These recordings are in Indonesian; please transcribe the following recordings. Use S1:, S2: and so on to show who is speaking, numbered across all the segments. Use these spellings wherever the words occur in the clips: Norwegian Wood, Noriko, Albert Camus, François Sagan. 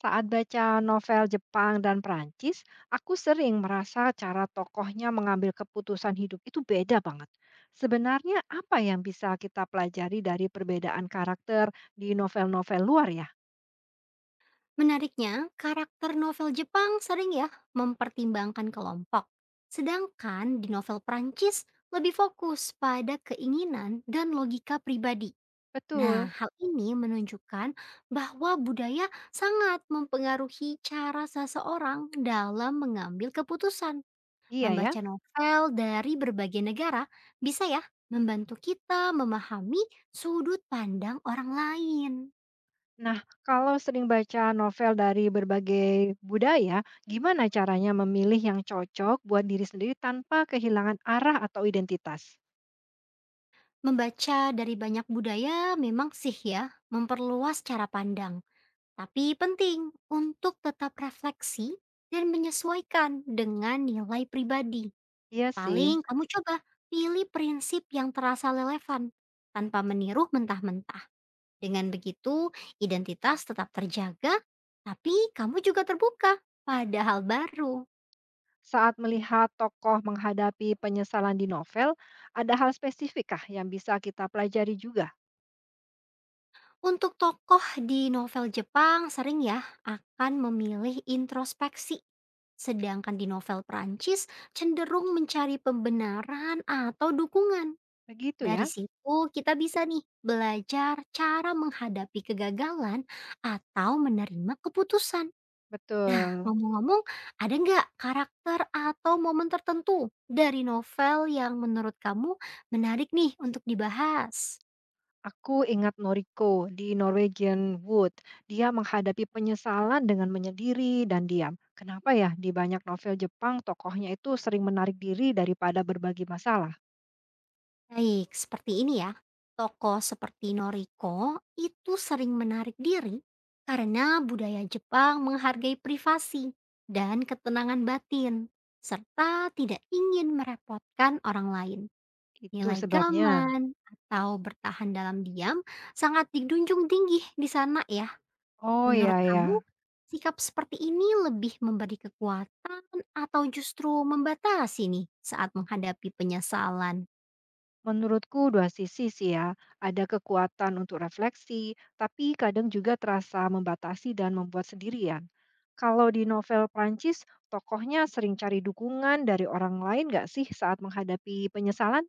S1: Saat baca novel Jepang dan Prancis, aku sering merasa cara tokohnya mengambil keputusan hidup itu beda banget. Sebenarnya apa yang bisa kita pelajari dari perbedaan karakter di novel-novel luar ya?
S2: Menariknya, karakter novel Jepang sering ya mempertimbangkan kelompok, sedangkan di novel Prancis lebih fokus pada keinginan dan logika pribadi.
S1: Betul.
S2: Nah, hal ini menunjukkan bahwa budaya sangat mempengaruhi cara seseorang dalam mengambil keputusan.
S1: Iya ya.
S2: Membaca novel dari berbagai negara bisa ya membantu kita memahami sudut pandang orang lain.
S1: Nah, kalau sering baca novel dari berbagai budaya, gimana caranya memilih yang cocok buat diri sendiri tanpa kehilangan arah atau identitas?
S2: Membaca dari banyak budaya memang sih ya memperluas cara pandang, tapi penting untuk tetap refleksi dan menyesuaikan dengan nilai pribadi.
S1: Iya sih.
S2: Paling kamu coba pilih prinsip yang terasa relevan tanpa meniru mentah-mentah. Dengan begitu, identitas tetap terjaga, tapi kamu juga terbuka pada hal baru.
S1: Saat melihat tokoh menghadapi penyesalan di novel, ada hal spesifikkah yang bisa kita pelajari juga?
S2: Untuk tokoh di novel Jepang sering ya akan memilih introspeksi. Sedangkan di novel Perancis cenderung mencari pembenaran atau dukungan.
S1: Begitu
S2: Dari
S1: ya?
S2: situ kita bisa nih belajar cara menghadapi kegagalan atau menerima keputusan. Nah,
S1: Betul.
S2: ngomong-ngomong, ada nggak karakter atau momen tertentu dari novel yang menurut kamu menarik nih untuk dibahas?
S1: Aku ingat Noriko di Norwegian Wood. Dia menghadapi penyesalan dengan menyendiri dan diam. Kenapa ya di banyak novel Jepang tokohnya itu sering menarik diri daripada berbagi masalah?
S2: Baik, seperti ini ya. Tokoh seperti Noriko itu sering menarik diri karena budaya Jepang menghargai privasi dan ketenangan batin, serta tidak ingin merepotkan orang lain.
S1: Itu
S2: Nilai
S1: sebabnya.
S2: gaman atau bertahan dalam diam sangat dijunjung tinggi di sana ya.
S1: Oh
S2: Menurut
S1: ya ya.
S2: kamu, sikap seperti ini lebih memberi kekuatan atau justru membatasi nih saat menghadapi penyesalan?
S1: Menurutku dua sisi sih ya, ada kekuatan untuk refleksi, tapi kadang juga terasa membatasi dan membuat sendirian. Kalau di novel Prancis, tokohnya sering cari dukungan dari orang lain nggak sih saat menghadapi penyesalan?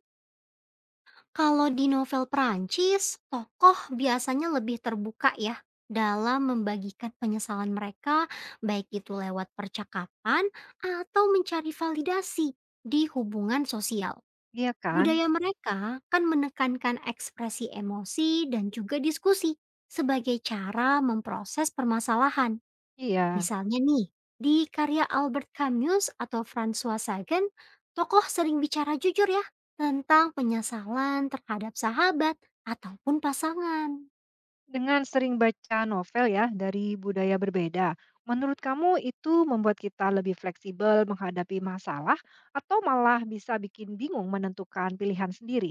S2: Kalau di novel Perancis, tokoh biasanya lebih terbuka ya dalam membagikan penyesalan mereka, baik itu lewat percakapan atau mencari validasi di hubungan sosial.
S1: Iya kan?
S2: Budaya mereka kan menekankan ekspresi emosi dan juga diskusi sebagai cara memproses permasalahan.
S1: Iya.
S2: Misalnya nih, di karya Albert Camus atau François Sagan, tokoh sering bicara jujur ya tentang penyesalan terhadap sahabat ataupun pasangan.
S1: Dengan sering baca novel ya dari budaya berbeda, menurut kamu itu membuat kita lebih fleksibel menghadapi masalah atau malah bisa bikin bingung menentukan pilihan sendiri?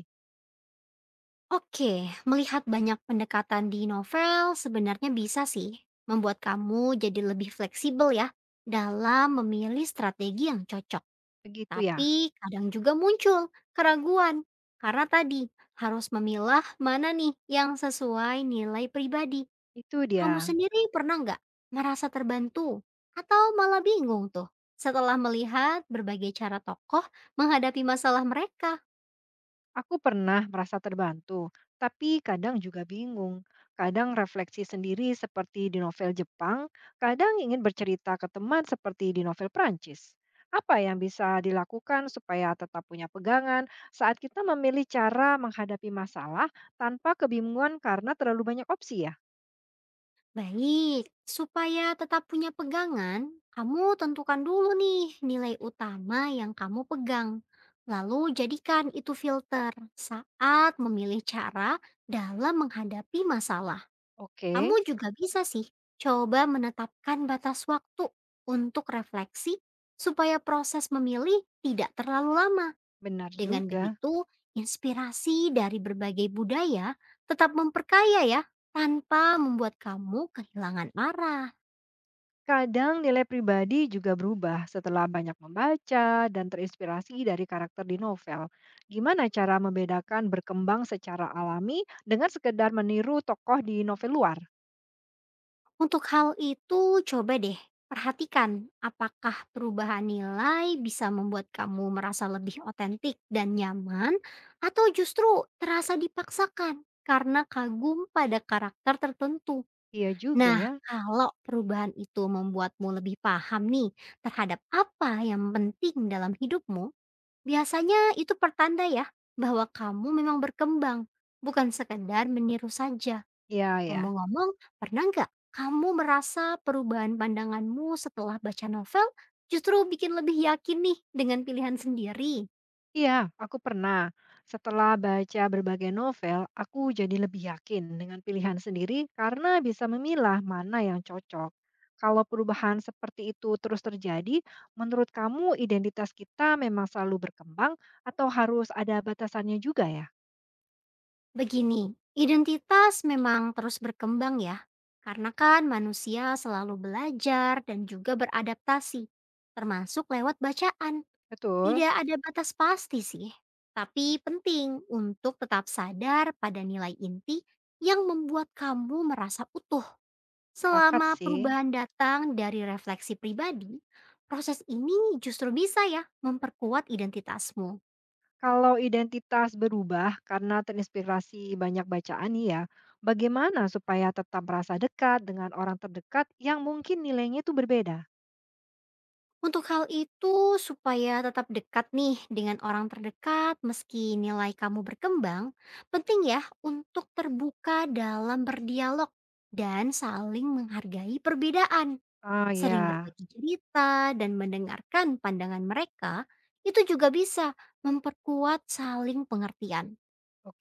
S2: Oke, melihat banyak pendekatan di novel sebenarnya bisa sih membuat kamu jadi lebih fleksibel ya dalam memilih strategi yang cocok.
S1: Begitu ya.
S2: Tapi kadang juga muncul keraguan karena tadi harus memilah mana nih yang sesuai nilai pribadi.
S1: Itu
S2: Kamu
S1: dia.
S2: sendiri pernah nggak merasa terbantu atau malah bingung tuh setelah melihat berbagai cara tokoh menghadapi masalah mereka?
S1: Aku pernah merasa terbantu, tapi kadang juga bingung. Kadang refleksi sendiri seperti di novel Jepang, kadang ingin bercerita ke teman seperti di novel Prancis. Apa yang bisa dilakukan supaya tetap punya pegangan saat kita memilih cara menghadapi masalah tanpa kebingungan karena terlalu banyak opsi ya?
S2: Baik, supaya tetap punya pegangan, kamu tentukan dulu nih nilai utama yang kamu pegang. Lalu jadikan itu filter saat memilih cara dalam menghadapi masalah.
S1: Oke,
S2: Kamu juga bisa sih coba menetapkan batas waktu untuk refleksi supaya proses memilih tidak terlalu lama.
S1: benar
S2: Dengan
S1: juga.
S2: begitu, inspirasi dari berbagai budaya tetap memperkaya ya tanpa membuat kamu kehilangan arah.
S1: Kadang nilai pribadi juga berubah setelah banyak membaca dan terinspirasi dari karakter di novel. Gimana cara membedakan berkembang secara alami dengan sekedar meniru tokoh di novel luar?
S2: Untuk hal itu coba deh perhatikan apakah perubahan nilai bisa membuat kamu merasa lebih otentik dan nyaman atau justru terasa dipaksakan karena kagum pada karakter tertentu.
S1: Iya juga
S2: Nah,
S1: ya.
S2: kalau perubahan itu membuatmu lebih paham nih terhadap apa yang penting dalam hidupmu, biasanya itu pertanda ya bahwa kamu memang berkembang, bukan sekedar meniru saja.
S1: Iya ya.
S2: Ngomong-ngomong, pernah nggak kamu merasa perubahan pandanganmu setelah baca novel justru bikin lebih yakin nih dengan pilihan sendiri?
S1: Iya, aku pernah. Setelah baca berbagai novel, aku jadi lebih yakin dengan pilihan sendiri karena bisa memilah mana yang cocok. Kalau perubahan seperti itu terus terjadi, menurut kamu identitas kita memang selalu berkembang atau harus ada batasannya juga ya?
S2: Begini, identitas memang terus berkembang ya, karena kan manusia selalu belajar dan juga beradaptasi, termasuk lewat bacaan.
S1: Betul,
S2: Tidak ada batas pasti sih, tapi penting untuk tetap sadar pada nilai inti yang membuat kamu merasa utuh.
S1: sepakat
S2: Selama
S1: sih.
S2: perubahan datang dari refleksi pribadi, proses ini justru bisa ya memperkuat identitasmu.
S1: Kalau identitas berubah karena terinspirasi banyak bacaan nih ya, bagaimana supaya tetap merasa dekat dengan orang terdekat yang mungkin nilainya itu berbeda?
S2: Untuk hal itu, supaya tetap dekat nih dengan orang terdekat meski nilai kamu berkembang, penting ya untuk terbuka dalam berdialog dan saling menghargai perbedaan.
S1: Ah
S2: Sering
S1: ya,
S2: berbagi cerita dan mendengarkan pandangan mereka, itu juga bisa memperkuat saling pengertian.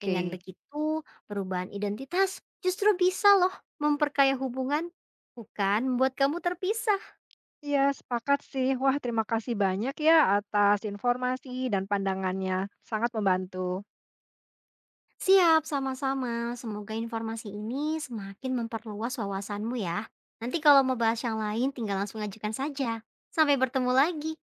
S2: Dengan begitu, perubahan identitas justru bisa loh memperkaya hubungan, bukan membuat kamu terpisah.
S1: Iya, sepakat sih. Wah, terima kasih banyak ya atas informasi dan pandangannya. Sangat membantu.
S2: Siap, sama-sama. Semoga informasi ini semakin memperluas wawasanmu ya. Nanti kalau mau bahas yang lain, tinggal langsung ajukan saja. Sampai bertemu lagi.